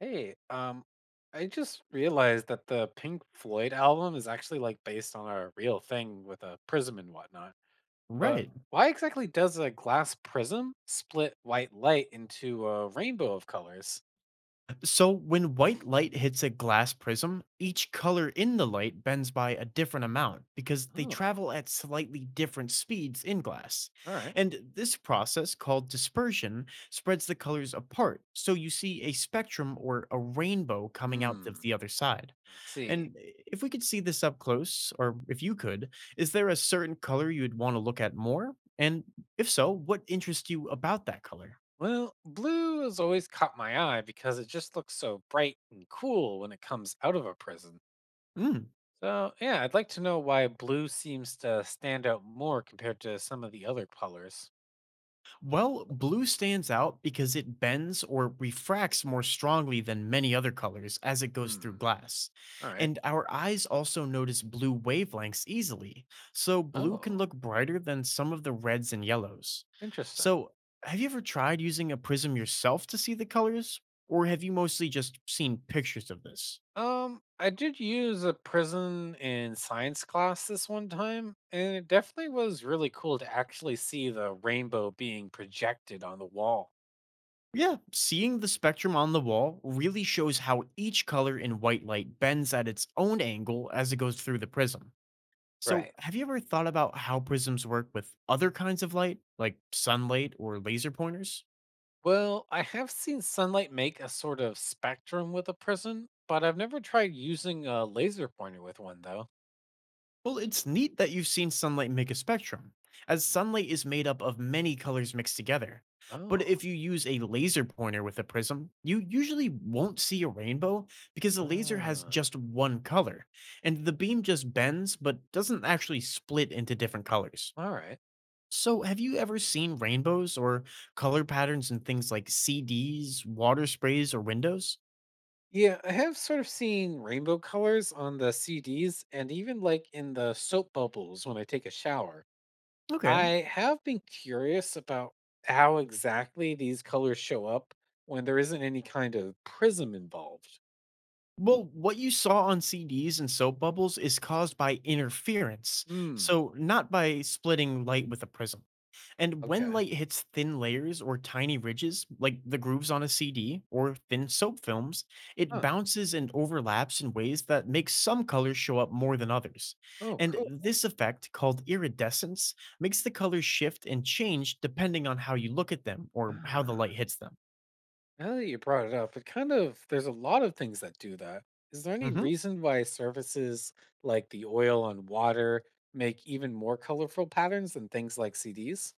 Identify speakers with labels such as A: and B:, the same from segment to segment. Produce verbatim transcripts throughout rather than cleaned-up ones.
A: Hey, um, I just realized that the Pink Floyd album is actually like based on a real thing with a prism and whatnot. But
B: Right.
A: why exactly does a glass prism split white light into a rainbow of colors?
B: So when white light hits a glass prism, each color in the light bends by a different amount because they
A: Oh,
B: travel at slightly different speeds in glass.
A: all right.
B: And this process, called dispersion, spreads the colors apart. So you see a spectrum or a rainbow coming out
A: Hmm,
B: of the other side.
A: I see.
B: And if we could see this up close, or if you could, is there a certain color you'd want to look at more? And if so, what interests you about that color?
A: Well, blue has always caught my eye because it just looks so bright and cool when it comes out of a prism.
B: Mm.
A: So, yeah, I'd like to know why blue seems to stand out more compared to some of the other colors.
B: Well, blue stands out because it bends or refracts more strongly than many other colors as it goes through
A: Hmm.
B: glass.
A: All right.
B: And our eyes also notice blue wavelengths easily, so blue can
A: Oh,
B: look brighter than some of the reds and yellows.
A: interesting.
B: So, have you ever tried using a prism yourself to see the colors? Or have you mostly just seen pictures of this?
A: Um, I did use a prism in science class this one time, and it definitely was really cool to actually see the rainbow being projected on the wall.
B: Yeah, seeing the spectrum on the wall really shows how each color in white light bends at its own angle as it goes through the prism. So,
A: Right.
B: have you ever thought about how prisms work with other kinds of light, like sunlight or laser pointers?
A: Well, I have seen sunlight make a sort of spectrum with a prism, but I've never tried using a laser pointer with one though.
B: Well, it's neat that you've seen sunlight make a spectrum, as sunlight is made up of many colors mixed together. But
A: Oh,
B: if you use a laser pointer with a prism, you usually won't see a rainbow because the laser has
A: ah,
B: just one color, and the beam just bends but doesn't actually split into different colors.
A: all right.
B: So, have you ever seen rainbows or color patterns in things like C Ds, water sprays, or windows?
A: Yeah, I have sort of seen rainbow colors on the C Ds and even like in the soap bubbles when I take a shower.
B: Okay.
A: I have been curious about how exactly these colors show up when there isn't any kind of prism involved.
B: Well, what you saw on C Ds and soap bubbles is caused by interference,
A: Hmm.
B: so not by splitting light with a prism. And when
A: Okay.
B: light hits thin layers or tiny ridges, like the grooves on a C D or thin soap films, it
A: Huh.
B: bounces and overlaps in ways that make some colors show up more than others.
A: Oh,
B: And
A: cool.
B: this effect, called iridescence, makes the colors shift and change depending on how you look at them or how the
A: Ah,
B: light hits them.
A: now that you brought it up, it kind of, there's a lot of things that do that. Is there any
B: Mhm.
A: reason why surfaces like the oil on water make even more colorful patterns than things like C Ds?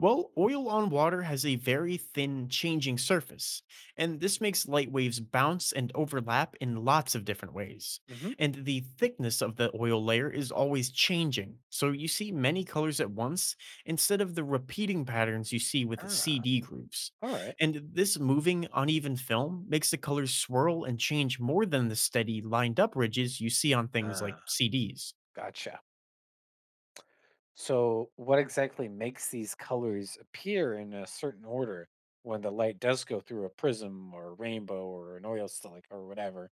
B: Well, oil on water has a very thin changing surface, and this makes light waves bounce and overlap in lots of different ways.
A: Mm-hmm.
B: And the thickness of the oil layer is always changing, so you see many colors at once instead of the repeating patterns you see with
A: Ah,
B: C D grooves.
A: all right.
B: And this moving, uneven film makes the colors swirl and change more than the steady, lined up ridges you see on things like
A: Ah,
B: C Ds.
A: gotcha. So, what exactly makes these colors appear in a certain order when the light does go through a prism or a rainbow or an oil slick or whatever?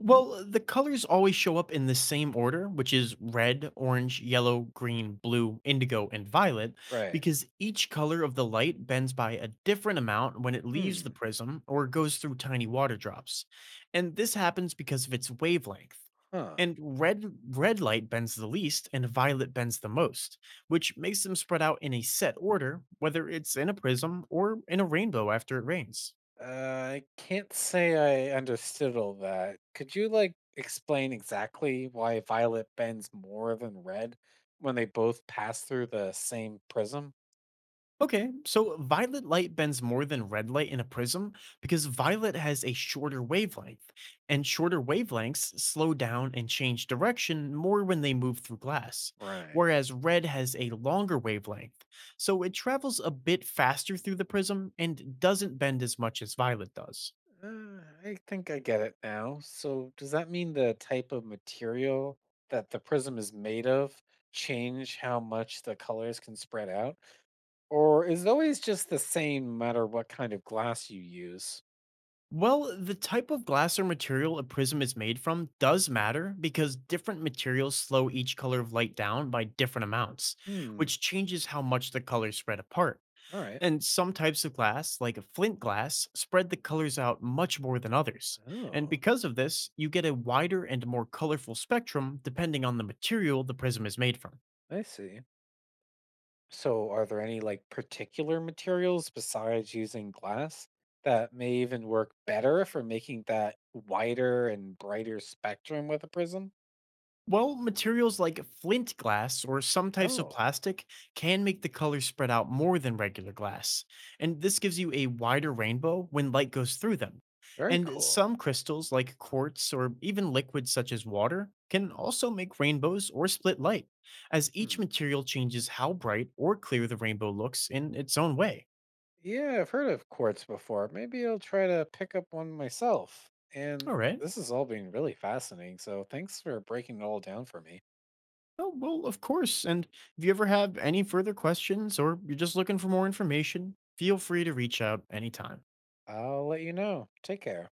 B: Well, the colors always show up in the same order, which is red, orange, yellow, green, blue, indigo, and violet,
A: Right.
B: because each color of the light bends by a different amount when it leaves the
A: Hmm.
B: prism or goes through tiny water drops. And this happens because of its wavelength.
A: Huh.
B: And red red light bends the least and violet bends the most, which makes them spread out in a set order, whether it's in a prism or in a rainbow after it rains.
A: Uh, I can't say I understood all that. Could you like explain exactly why violet bends more than red when they both pass through the same prism?
B: Okay, so violet light bends more than red light in a prism because violet has a shorter wavelength, and shorter wavelengths slow down and change direction more when they move through glass,
A: Right.
B: whereas red has a longer wavelength, so it travels a bit faster through the prism and doesn't bend as much as violet does.
A: Uh, I think I get it now. So, does that mean the type of material that the prism is made of change how much the colors can spread out? Or is it always just the same no matter what kind of glass you use?
B: Well, the type of glass or material a prism is made from does matter because different materials slow each color of light down by different amounts,
A: Hmm.
B: which changes how much the colors spread apart.
A: All right.
B: And some types of glass, like a flint glass, spread the colors out much more than others. And
A: Oh,
B: because of this, you get a wider and more colorful spectrum depending on the material the prism is made from.
A: I see. So, are there any like particular materials besides using glass that may even work better for making that wider and brighter spectrum with a prism?
B: Well, materials like flint glass or some types of
A: Oh,
B: plastic can make the colors spread out more than regular glass, and this gives you a wider rainbow when light goes through them.
A: very
B: And
A: cool.
B: some crystals, like quartz or even liquids such as water, can also make rainbows or split light, as each
A: Hmm.
B: material changes how bright or clear the rainbow looks in its own way.
A: Yeah, I've heard of quartz before. Maybe I'll try to pick up one myself. And
B: All right.
A: this has all been really fascinating. So thanks for breaking it all down for me.
B: Oh, well, of course. And if you ever have any further questions or you're just looking for more information, feel free to reach out anytime.
A: I'll let you know. Take care.